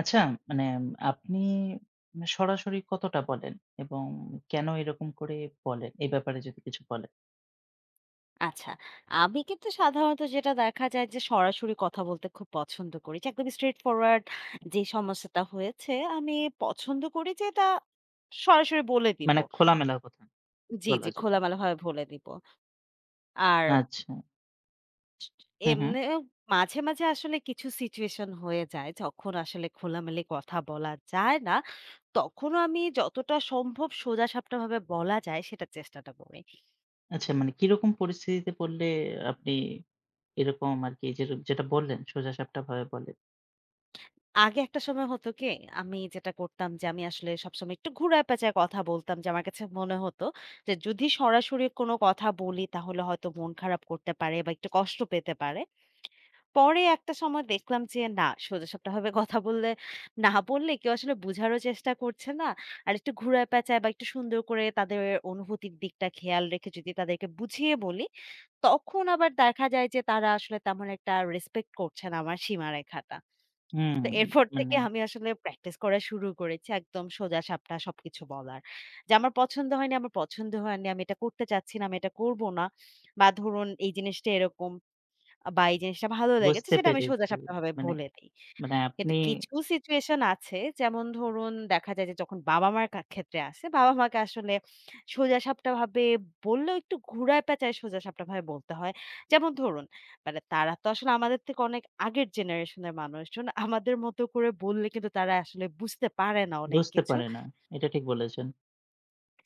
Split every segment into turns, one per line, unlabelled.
আচ্ছা, মানে আপনি সরাসরি কতটা বলেন? এবং কেন এরকম করে বলেন? এ ব্যাপারে যদি কিছু বলেন।
আচ্ছা। আমি কিন্তু সাধারণত যেটা দেখা যায় যে সরাসরি কথা বলতে খুব পছন্দ করি। যে একদম straight forward যে সমস্যাটা হয়েছে আমি পছন্দ করি যে এটা সরাসরি বলে দিব।
মানে খোলামেলা কথা
জি,
বলা
জি
যেটাকে।
খোলামেলাভাবে বলে দিব। আর
আচ্ছা। হুম, হুম।
এমনিও মাঝে মাঝে আসলে কিছু situation হয়ে যায় যখন আসলে খোলামেলা কথা বলা যায় না, তখনও আমি যতটা সম্ভব সোজাসাপটাভাবে বলা যায় সেটার চেষ্টাটা করি।
আচ্ছা, মানে কিরকম পরিস্থিতিতে পড়লে আপনি এরকম আরকি, যে যেটা বললেন সোজাসাপটা ভাবে বলেন?
আগে একটা সময় হতো কি, আমি যেটা করতাম যে আমি আসলে সবসময় একটু ঘুরায় পেঁচায় কথা বলতাম যে আমার কাছে মনে হতো যে যদি সরাসরি কোনো কথা বলি তাহলে হয়তো মন খারাপ করতে পারে বা একটু কষ্ট পেতে পারে। পরে একটা সময় দেখলাম যে না সোজাসাপ্টাভাবে কথা বললে না বললে কেউ আসলে বুঝারও চেষ্টা করছে না। আর একটু ঘুরায় পেঁচায় বা একটু সুন্দর করে তাদের অনুভূতির দিকটা খেয়াল রেখে যদি তাদেরকে বুঝিয়ে বলি, তখন আবার দেখা যায় যে তারা আসলে তেমন একটা রেসপেক্ট করছে না আমার সীমারেখাটা।
হুম।
তো এরপর থেকে
মানে
আমি আসলে প্র্যাকটিস করা শুরু করেছি একদম সোজাসাপটা সবকিছু বলার। যে আমার পছন্দ হয়নি, আমার পছন্দ হয়নি, আমি এটা করতে চাচ্ছি না, আমি এটা করব না। বা ধরুন এই জিনিসটা এরকম বা এই জিনিসটা ভালো লেগেছে
বুঝতে
সেটা আমি
পেরেছি।
সোজাসাপটা ভাবে
মানে
বলে দেই।
মানে
কিন্তু
আপনি
কিছু সিচুয়েশন আছে যেমন ধরুন দেখা যায় যে যখন বাবা-মার ক্ষেত্রে আসে, বাবা-মাকে আসলে সোজাসাপ্টাভাবে বললেও একটু ঘুরায় পেঁচায় সোজাসাপ্টাভাবে বলতে হয়। যেমন ধরুন মানে তারা তো আসলে আমাদের থেকে অনেক আগের জেনারেশনের মানুষজন। আমাদের মতো করে বললে কিন্তু তারা আসলে বুঝতে পারে না অনেক
বুঝতে
কিছু।
পারে না। এটা ঠিক বলেছেন।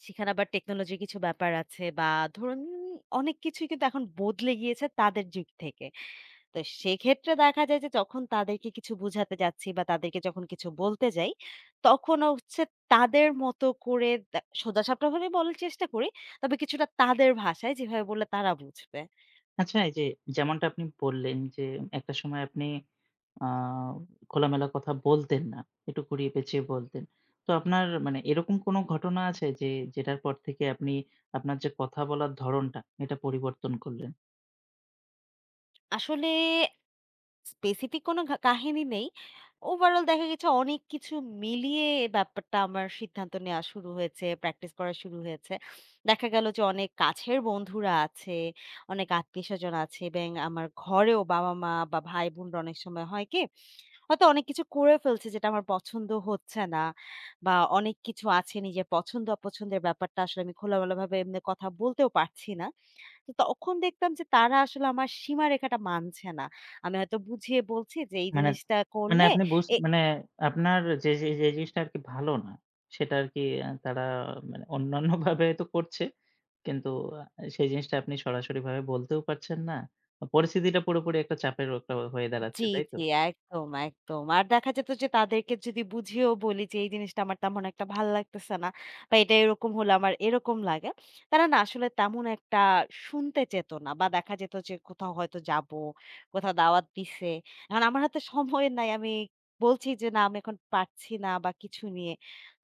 সেখানে আবার টেকনোলজির কিছু ব্যাপার আছে বা ধরুন অনেক কিছুই কিন্তু এখন বদলে গিয়েছে তাদের যুগ থেকে। তো সেক্ষেত্রে দেখা যায় যে যখন তাদেরকে কিছু বুঝাতে যাচ্ছি বা তাদেরকে যখন কিছু বলতে যাই, তখন হচ্ছে তাদের মতো করে সোজাসাপটা ভাবে বলার চেষ্টা করি। তবে কিছুটা তাদের ভাষায় যেভাবে বললে তারা বুঝবে।
আচ্ছা এই যে যেমনটা আপনি বললেন যে একটা সময় আপনি আ খোলামেলা কথা বলতেন না। একটু ঘুরিয়ে পেঁচিয়ে বলতেন। তো আপনার মানে এরকম কোনো ঘটনা আছে যে, যেটার পর থেকে আপনি আপনার যে কথা বলার ধরণটা, এটা পরিবর্তন করলেন?
আসলে স্পেসিফিক কোনো কাহিনী নেই। ওভারঅল দেখা গেছে অনেক কিছু মিলিয়ে ব্যাপারটা আমার সিদ্ধান্ত নেয়া শুরু হয়েছে, প্র্যাকটিস করা শুরু হয়েছে। দেখা গেল যে অনেক কাছের বন্ধুরা আছে, অনেক আত্মীয়স্বজন আছে এবং আমার ঘরেও বাবা-মা বা ভাই-বোনরা অনেক সময় হয় কি? হয়তো অনেক কিছু করে ফেলছে যেটা আমার পছন্দ হচ্ছে না বা অনেক কিছু আছে নিজের পছন্দ-অপছন্দের ব্যাপারটা আসলে আমি খোলামেলাভাবে এমনি কথা বলতেও পারছি না। তো তখন দেখতাম যে তারা আসলে আমার সীমারেখাটা মানছে না। আমি হয়তো বুঝিয়ে বলছি যে এই
মানে
জিনিসটা
মানে
করলে
আপনি বুঝ
এ
মানে আপনার যে জিনিসটা আরকি ভালো না, সেটা আরকি তারা মানে অন্যান্যভাবে তো করছে। কিন্তু আ সেই জিনিসটা আপনি সরাসরিভাবে বলতেও পারছেন না। পরিস্থিতিটা পুরোপুরি একটা চাপের একটা হয়ে দাঁড়াচ্ছে,
জি,
তাই তো?
জি, একদম, একদম। আর দেখা যেত যে তাদেরকে যদি বুঝিয়েও বলি যে এই জিনিসটা আমার তেমন একটা ভাল লাগতেছে না বা এটা এরকম হলে আমার এরকম লাগে। তারা না আসলে তেমন একটা শুনতে চেত না বা দেখা যেত যে কোথাও হয়তো যাবো, কোথাও দাওয়াত দিছে। এখন আমার হাতে সময় নাই। আমি বলছি যে না আমি এখন পারছি না বা কিছু নিয়ে।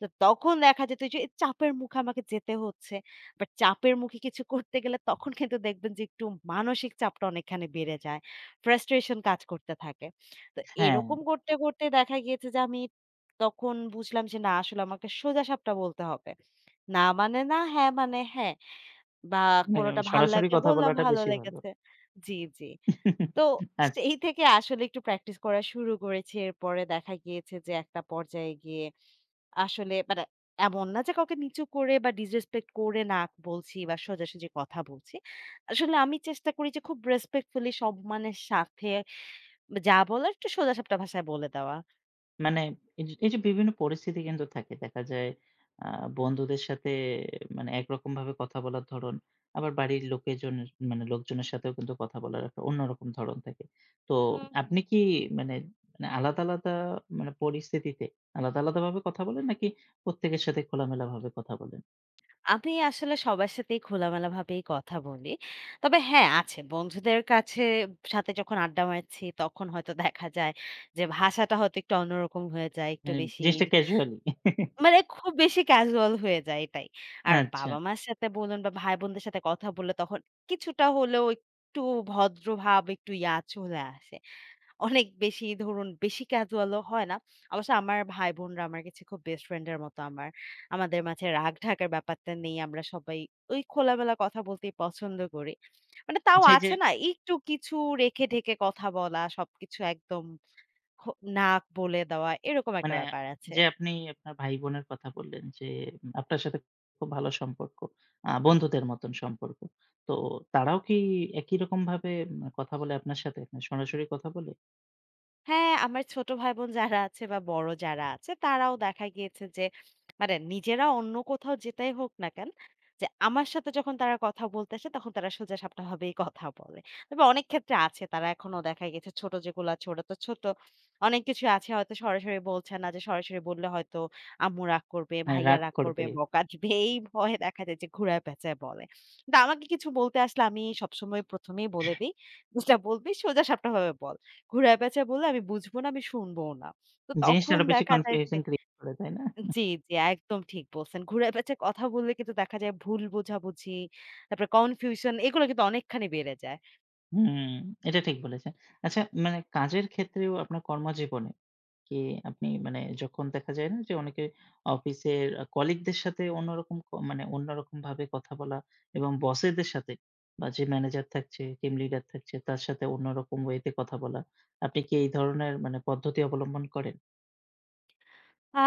তো তখন দেখা যেত যে চাপের মুখে আমাকে যেতে হচ্ছে। বাট চাপের মুখে কিছু করতে গেলে তখন কিন্তু দেখবেন যে একটু মানসিক চাপটা অনেকখানি বেড়ে যায়। ফ্রাস্ট্রেশন কাজ করতে থাকে। তো
হ্যাঁ,
এরকম করতে করতে দেখা গিয়েছে যে আমি তখন বুঝলাম যে না আসলে আমাকে সোজাসাপটা বলতে হবে। না মানে না, হ্যাঁ মানে হ্যাঁ বা
মানে
কোনটা ভাল
সরাসরি
লাগলে
কথা
বললাম
বলাটা
ভালো
বেশি ভালো।
লেগেছে। জি, জি। তো
আচ্ছা,
সেই থেকে আসলে একটু প্র্যাকটিস করা শুরু করেছি। এরপরে দেখা গিয়েছে যে একটা পর্যায়ে গিয়ে আসলে মানে এমন না যে কাউকে নিচু করে বা ডিসরেসপেক্ট করে না বলছি বা সোজাসুজি কথা বলছি। আসলে আমি চেষ্টা করি যে খুব রেসপেক্টফুলি সম্মানের সাথে যা বলার একটু সোজাসাপটা ভাষায় বলে দেওয়া।
মানে এই যে বিভিন্ন পরিস্থিতি কিন্তু থাকে। দেখা যায় আ বন্ধুদের সাথে মানে একরকম ভাবে কথা বলার ধরন, আবার বাড়ির লোকেজনের মানে লোকজনের সাথেও কিন্তু কথা বলার একটা অন্যরকম ধরন থাকে। তো
হুম,
আপনি কি মানে মানে আলাদা, আলাদা মানে পরিস্থিতিতে আলাদা, আলাদা ভাবে কথা বলেন, নাকি প্রত্যেকের সাথে খোলামেলা ভাবে কথা বলেন?
আমি আসলে সবার সাথেই খোলামেলাভাবেই কথা বলি। তবে হ্যাঁ, আছে বন্ধুদের কাছে সাথে যখন আড্ডা মারছি তখন হয়তো দেখা যায় যে ভাষাটা হয়তো একটু অন্যরকম হয়ে যায়। একটু
মানে
বেশি
জিনিসটা ক্যাজুয়ালি?
মানে খুব বেশি ক্যাজুয়াল হয়ে যায় এটাই। আর
আচ্ছা।
বাবা-মার সাথে বলুন বা ভাই-বোনদের সাথে কথা বললে তখন কিছুটা হলেও একটু ভদ্র ভাব একটু ইয়া চলে আসে। অনেক বেশি ধরুন বেশি ক্যাজুয়াল ও হয় না। অবশ্য আমার ভাই-বোনরা আমার কাছে খুব বেস্ট ফ্রেন্ড এর মতো আমার। আমাদের মাঝে রাগ ঢাকার ব্যাপারটা নেই। আমরা সবাই ওই খোলামেলা কথা বলতেই পছন্দ করি। মানে তাও
আচ্ছা, এই যে,
আছে না একটু কিছু রেখে ঢেকে কথা বলা, সবকিছু একদম খো না বলে দেওয়া এরকম একটা
মানে,
ব্যাপার আছে।
যে আপনি আপনার ভাই-বোনের কথা বললেন যে আপনার সাথে খুব ভালো সম্পর্ক। বন্ধুদের মতন সম্পর্ক। তো তারাও কি একই রকমভাবে কথা বলে আপনার সাথে? মানে সরাসরি কথা বলে?
হ্যাঁ, আমার ছোট ভাই-বোন যারা আছে বা বড় যারা আছে তারাও দেখা গিয়েছে যে মানে নিজেরা অন্য কোথাও যেটাই হোক না কেন, যে আমার সাথে যখন তারা কথা বলতে আসে তখন তারা সোজাসাপটা ভাবেই কথা বলে। তবে অনেক ক্ষেত্রে আছে তারা এখনো দেখা গেছে ছোট যেগুলো আছে ওরা তো ছোট। অনেক কিছু আছে হয়তো সরাসরি বলছে না যে সরাসরি বললে হয়তো আম্মু রাগ করবে,
মানে
ভাইয়া
রাগ
রাগ করবে,
করবে?
বকা দিবে এই ভয়ে দেখা যায় যে ঘুরায় পেঁচায় বলে। কিন্তু আমাকে কিছু বলতে আসলে আমি সবসময় ১ম এই বলে দেই, "যেটা বলবি সোজাসাপটা ভাবে বল।" ঘুরায়-পেঁচায় বললে আমি বুঝবো না, আমি শুনবোও না। তো
জিনিসটা
তখন
আরো বেশি
দেখা যায় যে
কনফিউশন ক্রিয়েট করে, তাই না?
জি, জি, একদম ঠিক বলছেন। ঘুরায়-পেঁচায় কথা বললে কিন্তু দেখা যায় ভুল বোঝাবুঝি, তারপরে কনফিউশন এগুলো কিন্তু অনেকখানি বেড়ে যায়।
হুম, এটা ঠিক বলেছেন। আচ্ছা, মানে কাজের ক্ষেত্রেও আপনার কর্মজীবনে কি আপনি, মানে, যখন দেখা যায় না যে অনেকে অফিসের কলিগদের সাথে অন্যরকম মানে অন্যরকম ভাবে কথা বলা, এবং বসেদের সাথে বা যে ম্যানেজার থাকছে, টিম লিডার থাকছে তার সাথে অন্যরকম ওয়েতে কথা বলা। আপনি কি এই ধরনের মানে পদ্ধতি অবলম্বন করেন?
আ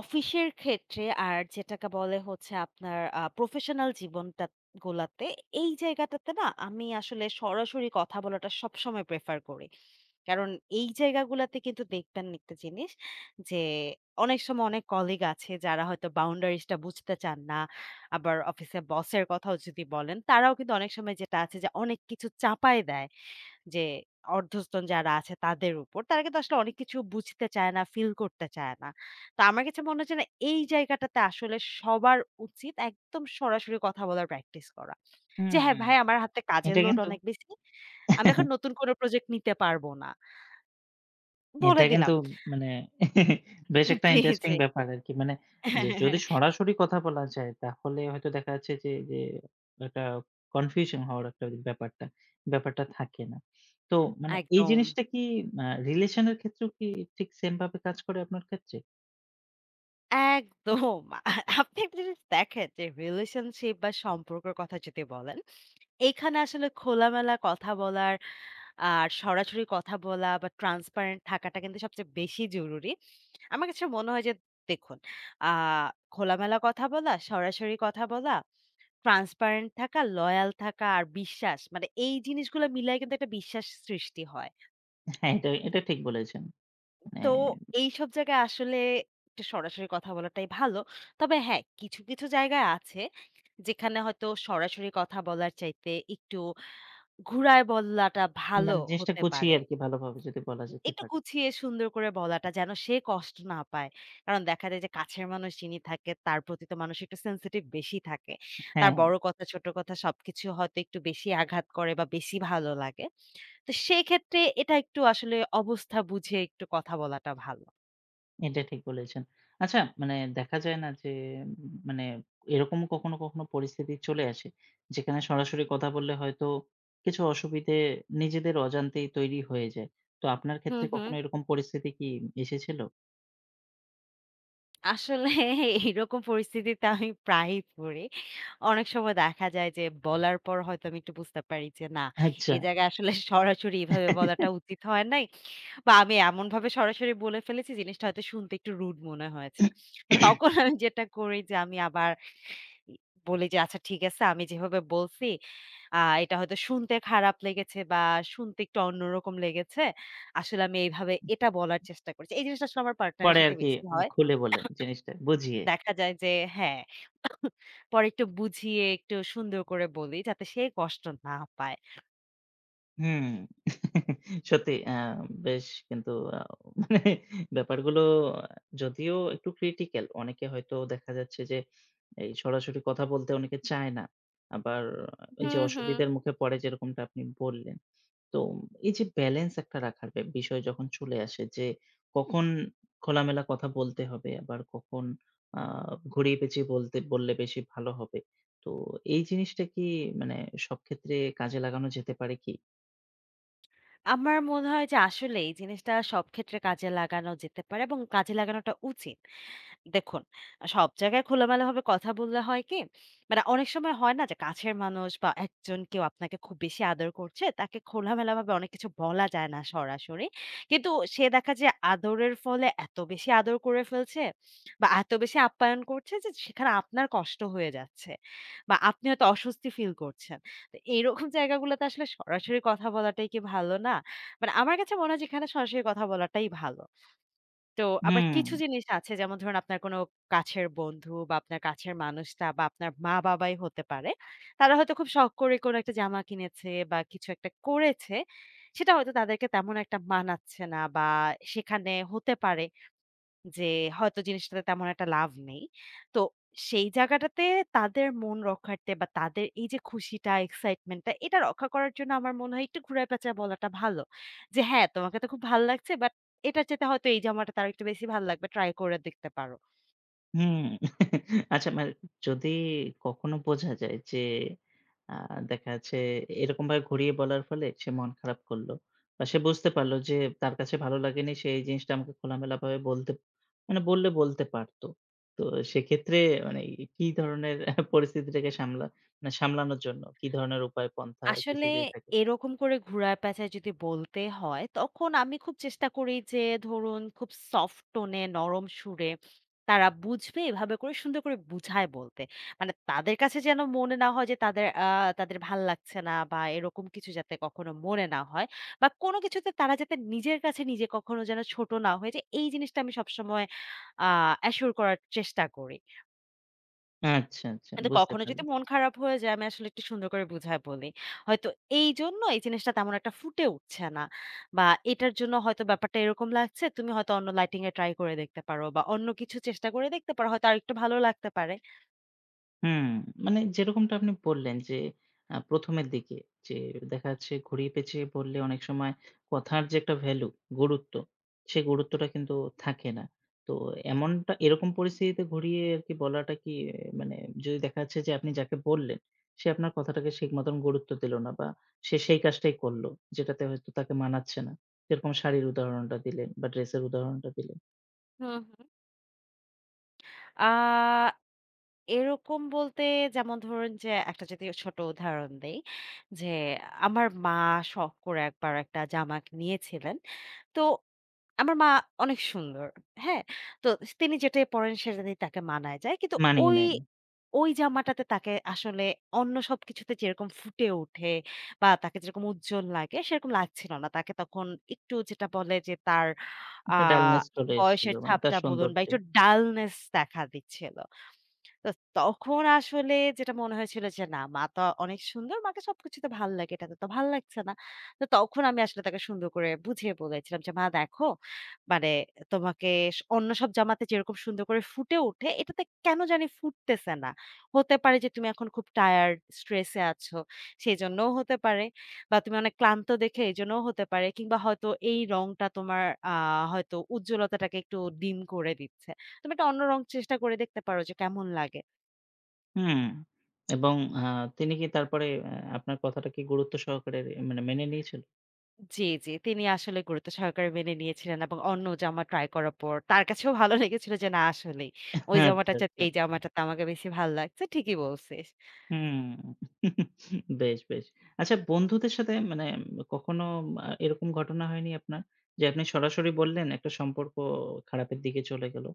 অফিসের ক্ষেত্রে আর যেটাকে বলে হচ্ছে আপনার প্রফেশনাল জীবনটা গোলাতে, এই জায়গাটাতে না আমি আসলে সরাসরি কথা বলাটা সবসময় প্রেফার করি। কারণ এই জায়গাগুলাতে কিন্তু দেখবেন একটা জিনিস যে, অনেক সময় অনেক কলিগ আছে যারা হয়তো বাউন্ডারিজ টা বুঝতে চান না। আবার অফিসে বসের কথাও যদি বলেন, তারাও কিন্তু অনেক সময় যেটা আছে যে অনেক কিছু চাপায় দেয়। যে অর্ধস্তন যারা আছে তাদের উপর, তারা কিন্তু আসলে অনেক কিছু বুঝতে চায় না, ফিল করতে চায় না। তো আমার কাছে মনে হচ্ছে না এই জায়গাটাতে আসলে সবার উচিত একদম সরাসরি কথা বলার প্র্যাকটিস করা। যে
হুম,
হ্যাঁ, ভাই আমার হাতে কাজের
এটা
লোড
কিন্তু
অনেক বেশি। আমি এখন নতুন কোনো প্রজেক্ট নিতে পারবো না। বলে
এটা কিন্তু
দিলাম।
মানে বেশ একটা
জি,
ইন্টারেস্টিং
জি।
ব্যাপার আরকি। মানে, যে যদি সরাসরি কথা বলা যায় তাহলে হয়তো দেখা যাচ্ছে যে, একটা কনফিউশন হওয়ার একটা ব্যাপারটা থাকে না। তো মানে এই
একদম,
জিনিসটা কি রিলেশন এর ক্ষেত্রেও কি ঠিক সেম ভাবে কাজ করে আপনার ক্ষেত্রে?
একদম। আর আপনি একটা জিনিস দেখেন যে রিলেশনশিপ বা সম্পর্কের কথা যদি বলেন, এইখানে আসলে খোলামেলা কথা বলার আর সরাসরি কথা বলা বা ট্রান্সপারেন্ট থাকাটা কিন্তু সবচেয়ে বেশি জরুরি। আমার কাছে মনে হয় যে দেখুন, আ খোলামেলা কথা বলা, সরাসরি কথা বলা, ট্রান্সপারেন্ট থাকা, লয়াল থাকা আর বিশ্বাস মানে এই জিনিসগুলো মিলায় কিন্তু একটা বিশ্বাস সৃষ্টি হয়।
হ্যাঁ, এটা ঠিক বলেছেন। মানে,
তো এইসব জায়গায় আসলে একটু সরাসরি কথা বলাটাই ভালো। তবে হ্যাঁ, কিছু কিছু জায়গায় আছে যেখানে হয়তো সরাসরি কথা বলার চাইতে একটু ঘুরায় বলাটা ভালো
মানে জিনিসটা
হতে পারে।
গুছিয়ে আরকি ভালোভাবে যদি বলা যেতে
একটু
পারে।
গুছিয়ে সুন্দর করে বলাটা যেন সে কষ্ট না পায়। কারণ দেখা যায় যে কাছের মানুষ যিনি থাকে তার প্রতি তো মানুষ একটু sensitive বেশি থাকে। তার
হ্যাঁ।
বড় কথা, ছোট কথা সবকিছু হয়তো একটু বেশি আঘাত করে বা বেশি ভালো লাগে। তো সেক্ষেত্রে এটা একটু আসলে অবস্থা বুঝে একটু কথা বলাটা ভালো।
এটা ঠিক বলেছেন। আচ্ছা, মানে দেখা যায় না যে উম, মানে এরকমও কখনো, কখনো পরিস্থিতি চলে আসে যেখানে সরাসরি কথা বললে হয়তো কিছু অসুবিধে নিজেদের অজান্তেই তৈরি হয়ে যায়। তো আপনার ক্ষেত্রে
হুম, হুম।
কখনো এরকম পরিস্থিতি কি এসেছিল?
আসলে এইরকম পরিস্থিতিতে আমি প্রায়ই পড়ি। অনেক সময় দেখা যায় যে বলার পর হয়তো আমি একটু বুঝতে পারি যে না,
আচ্ছা।
এই জায়গায় আসলে সরাসরি এভাবে বলাটা উচিত হয় নাই। বা আমি এমনভাবে সরাসরি বলে ফেলেছি জিনিসটা হয়তো শুনতে একটু রুড মনে হয়েছে। তো তখন আমি যেটা করি যে আমি আবার ই বলি যে, "আচ্ছা ঠিক আছে আমি যেভাবে বলছি এটা হয়তো শুনতে খারাপ লেগেছে বা শুনতে একটু অন্যরকম লেগেছে। আসলে আমি এইভাবে এটা বলার চেষ্টা করেছি।" এই জিনিসটা আসলে আমার পার্টনারের
পরে
সাথে
আরকি,
বেশি
মানে,
হয়।
খুলে বললেন জিনিসটা বুঝিয়ে।
দেখা যায় যে হ্যাঁ, পরে একটু বুঝিয়ে একটু সুন্দর করে বলি যাতে সে কষ্ট না পায়।
হুম। সত্যি বেশ কিন্তু আ মানে ব্যাপারগুলো যদিও একটু ক্রিটিক্যাল, অনেকে হয়তো দেখা যাচ্ছে যে এই সরাসরি কথা বলতে অনেকে চায় না। আবার এই যে
হুম, হুম।
অসুবিধার মুখে পড়ে, যেরকমটা আপনি বললেন। তো এই যে ব্যালেন্স একটা রাখার বিষয় যখন চলে আসে, যে কখন খোলামেলা কথা বলতে হবে আবার কখন আ ঘুরিয়ে পেঁচিয়ে বলতে বললে বেশি ভালো হবে। তো এই জিনিসটা কি মানে সব ক্ষেত্রে কাজে লাগানো যেতে পারে কি?
আমার মনে হয় যে আসলে এই জিনিসটা সব ক্ষেত্রে কাজে লাগানো যেতে পারে এবং কাজে লাগানোটা উচিত। দেখুন, সব জায়গায় খোলামেলাভাবে কথা বললে হয় কি? মানে অনেক সময় হয় না যে কাছের মানুষ বা একজন কেউ আপনাকে খুব বেশি আদর করছে, তাকে খোলামেলাভাবে অনেক কিছু বলা যায় না সরাসরি। কিন্তু সে দেখা যায় আদরের ফলে এত বেশি আদর করে ফেলছে বা এত বেশি আপ্যায়ন করছে যে সেখানে আপনার কষ্ট হয়ে যাচ্ছে বা আপনি হয়তো অস্বস্তি ফিল করছেন। তো এইরকম জায়গাগুলোতে আসলে সরাসরি কথা বলাটাই কি ভালো না? মানে আমার কাছে মনে হয় যে এখানে সরাসরি কথা বলাটাই ভালো। তো আবার
হুম,
কিছু জিনিস আছে যেমন ধরুন আপনার কোনো কাছের বন্ধু বা আপনার কাছের মানুষটা বা আপনার মা-বাবাই হতে পারে। তারা হয়তো খুব শখ করে কোনো একটা জামা কিনেছে বা কিছু একটা করেছে। সেটা হয়তো তাদেরকে তেমন একটা মানাচ্ছে না বা সেখানে হতে পারে যে হয়তো জিনিসটাতে তেমন একটা লাভ নেই। তো সেই জায়গাটাতে তাদের মন রক্ষার্থে বা তাদের এই যে খুশিটা, এক্সাইটমেন্ট টা এটা রক্ষা করার জন্য আমার মনে হয় একটু ঘুরায় পেঁচায় বলাটা ভালো। যে হ্যাঁ, তোমাকে তো খুব ভাল লাগছে বাট এটার চাইতে হয়তো এই জামাটা তার একটু বেশি ভাল লাগবে। ট্রাই করে দেখতে পারো।
হুম। আচ্ছা, মানে যদি কখনো বোঝা যায় যে আ দেখা যাচ্ছে এরকমভাবে ঘুরিয়ে বলার ফলে সে মন খারাপ করল। বা সে বুঝতে পারল যে তার কাছে ভালো লাগেনি, সে এই জিনিসটা আমাকে খোলামেলাভাবে বলতে, মানে বললে বলতে পারত। তো সেক্ষেত্রে মানে কি ধরনের পরিস্থিতিটাকে মানে সামলানোর জন্য কি ধরনের উপায় পন্থা কিছু
আসলে
যদি থাকে?
এরকম করে ঘুরায় পেঁচায় যদি বলতে হয়, তখন আমি খুব চেষ্টা করি যে ধরুন খুব সফট টোনে নরম সুরে তারা বুঝবে এভাবে করে সুন্দর করে বুঝায় বলতে। মানে তাদের কাছে যেন মনে না হয় যে তাদের তাদের ভাল লাগছে না বা এরকম কিছু যাতে কখনো মনে না হয় বা কোনো কিছুতে তারা যাতে নিজের কাছে নিজে কখনো যেন ছোট না হয়ে যায়, এই জিনিসটা আমি সবসময় আ অ্যাসিওর করার চেষ্টা করি।
আচ্ছা, আচ্ছা,
কিন্তু
বুঝতে
কখনো যদি
পারলাম।
মন খারাপ হয়ে যায়, আমি আসলে একটু সুন্দর করে বুঝায় বলি। হয়তো এইজন্য এই জিনিসটা তেমন একটা ফুটে উঠছে না বা এটার জন্য হয়তো ব্যাপারটা এরকম লাগছে। তুমি হয়তো অন্য লাইটিং এ ট্রাই করে দেখতে পারো বা অন্য কিছু চেষ্টা করে দেখতে পারো। হয়তো আরেকটু ভালো লাগতে পারে।
হুম, মানে যেরকমটা আপনি বললেন যে ১ম এর দিকে, যে দেখা যাচ্ছে ঘুরিয়ে পেঁচিয়ে বললে অনেক সময় কথার যে একটা ভ্যালু, গুরুত্ব, সেই গুরুত্বটা কিন্তু থাকে না। তো এমনটা এরকম পরিস্থিতিতে ঘুরিয়ে আরকি বলাটা কি মানে যদি দেখা যাচ্ছে যে আপনি যাকে বললেন, সে আপনার কথাটাকে ঠিক মতন গুরুত্ব দিল না, বা সে সেই কাজটাই করল যেটাতে হয়তো তাকে মানাচ্ছে না। যেরকম শাড়ির উদাহরণটা দিলেন, বা ড্রেসের উদাহরণটা দিলেন,
হুম, হুম। আ এরকম বলতে যেমন ধরুন যে একটা যদি ছোট উদাহরণ দেই যে আমার মা শখ করে একবার একটা জামা নিয়েছিলেন। তো আমার মা অনেক সুন্দর। হ্যাঁ? তো তিনি যেটাই পড়েন সেটাতেই তাকে মানায় যায়। কিন্তু
মানিয়ে
ওই,
নেয়নি।
ওই জামাটাতে তাকে আসলে অন্য সবকিছুতে যেরকম ফুটে ওঠে বা তাকে যেরকম উজ্জ্বল লাগে সেরকম লাগছিল না। তাকে তখন একটু যেটা বলে যে তার আ
একটা ডালনেস চলে এসেছিল,
বয়সের
মানে তার
ছাপটা বলুন বা
সৌন্দর্যে।
একটু ডালনেস দেখা দিচ্ছিল। তো তখন আসলে যেটা মনে হয়েছিল যে না মা তো অনেক সুন্দর, মাকে সবকিছুতে ভাল লাগে। এটাতে তো ভাল লাগছে না। তো তখন আমি আসলে তাকে সুন্দর করে বুঝিয়ে বলেছিলাম যে, "মা দেখো মানে তোমাকে অন্য সব জামাতে যেরকম সুন্দর করে ফুটে ওঠে, এটাতে কেন জানি ফুটতেছে না। হতে পারে যে তুমি এখন খুব টায়ার্ড, স্ট্রেস এ আছো, সেজন্যও হতে পারে। বা তুমি অনেক ক্লান্ত দেখে এজন্যও হতে পারে। কিংবা হয়তো এই রংটা তোমার আ হয়তো উজ্জ্বলতাটাকে একটু ডিম করে দিচ্ছে।" তুমি একটা অন্য রং চেষ্টা করে দেখতে পারো যে কেমন লাগে।
হুম। এবং আ তিনি কি তারপরে আপনার কথাটা কি গুরুত্ব সহকারে, মানে, মেনে নিয়েছিল?
জি, জি। তিনি আসলে গুরুত্ব সহকারে মেনে নিয়েছিলেন এবং অন্য জামা ট্রাই করার পর তার কাছেও ভালো লেগেছিল যে না আসলেই। ওই
আচ্ছা,
জামাটার চাইতে
আচ্ছা।
এই জামাটাতে আমাকে বেশি ভাল লাগছে। ঠিকই বলছিস।
হুম। বেশ, বেশ। আচ্ছা, বন্ধুদের সাথে মানে কখনো এরকম ঘটনা হয়নি আপনার? যে আপনি সরাসরি বললেন, একটা সম্পর্ক খারাপের দিকে চলে গেল।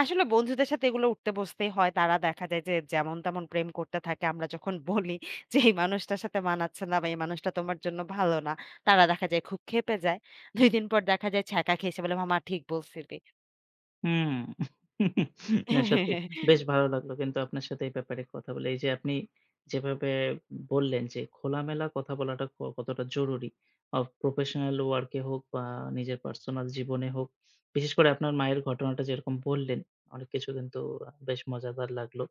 আসলে বন্ধুদের সাথে এগুলো উঠতে বসতেই হয়। তারা দেখা যায় যে যেমন তেমন প্রেম করতে থাকে। আমরা যখন বলি যে এই মানুষটার সাথে মানাচ্ছে না বা এই মানুষটা তোমার জন্য ভালো না। তারা দেখা যায় খুব ক্ষেপে যায়। ২ দিন পর দেখা যায় ছ্যাঁকা খেয়ে এসে বলে মামা ঠিক বলছিলি।
হুম। না সত্যি, বেশ ভালো লাগলো কিন্তু আপনার সাথে এই ব্যাপারে কথা বলে। এই যে আপনি যেভাবে বললেন যে খোলামেলা কথা বলাটা কতটা জরুরি। প্রফেশনাল ওয়ার্ক এ হোক, বা নিজের পার্সোনাল জীবনে হোক। বিশেষ করে আপনার মায়ের ঘটনাটা যেরকম বললেন, অনেক কিছু কিন্তু বেশ মজাদার লাগলো।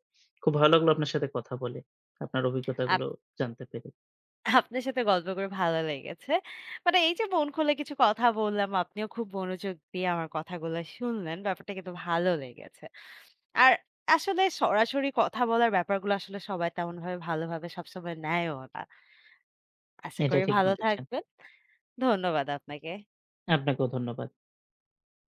খুব ভালো লাগলো আপনার সাথে কথা বলে। আপনার অভিজ্ঞতাগুলো জানতে পেরে।
আপনার সাথে গল্প করে ভালো লেগেছে। মানে এই যে মন খুলে কিছু কথা বললাম, আপনিও খুব মনোযোগ দিয়ে আমার কথাগুলো শুনলেন। ব্যাপারটা কিন্তু ভালো লেগেছে। আর আসলে সরাসরি কথা বলার ব্যাপারগুলো আসলে সবাই তেমনভাবে ভালোভাবে সবসময় নেয়ও না। আশা
এটা
করি
ঠিক
ভালো
বলেছেন।
থাকবেন। ধন্যবাদ আপনাকে।
আপনাকেও ধন্যবাদ।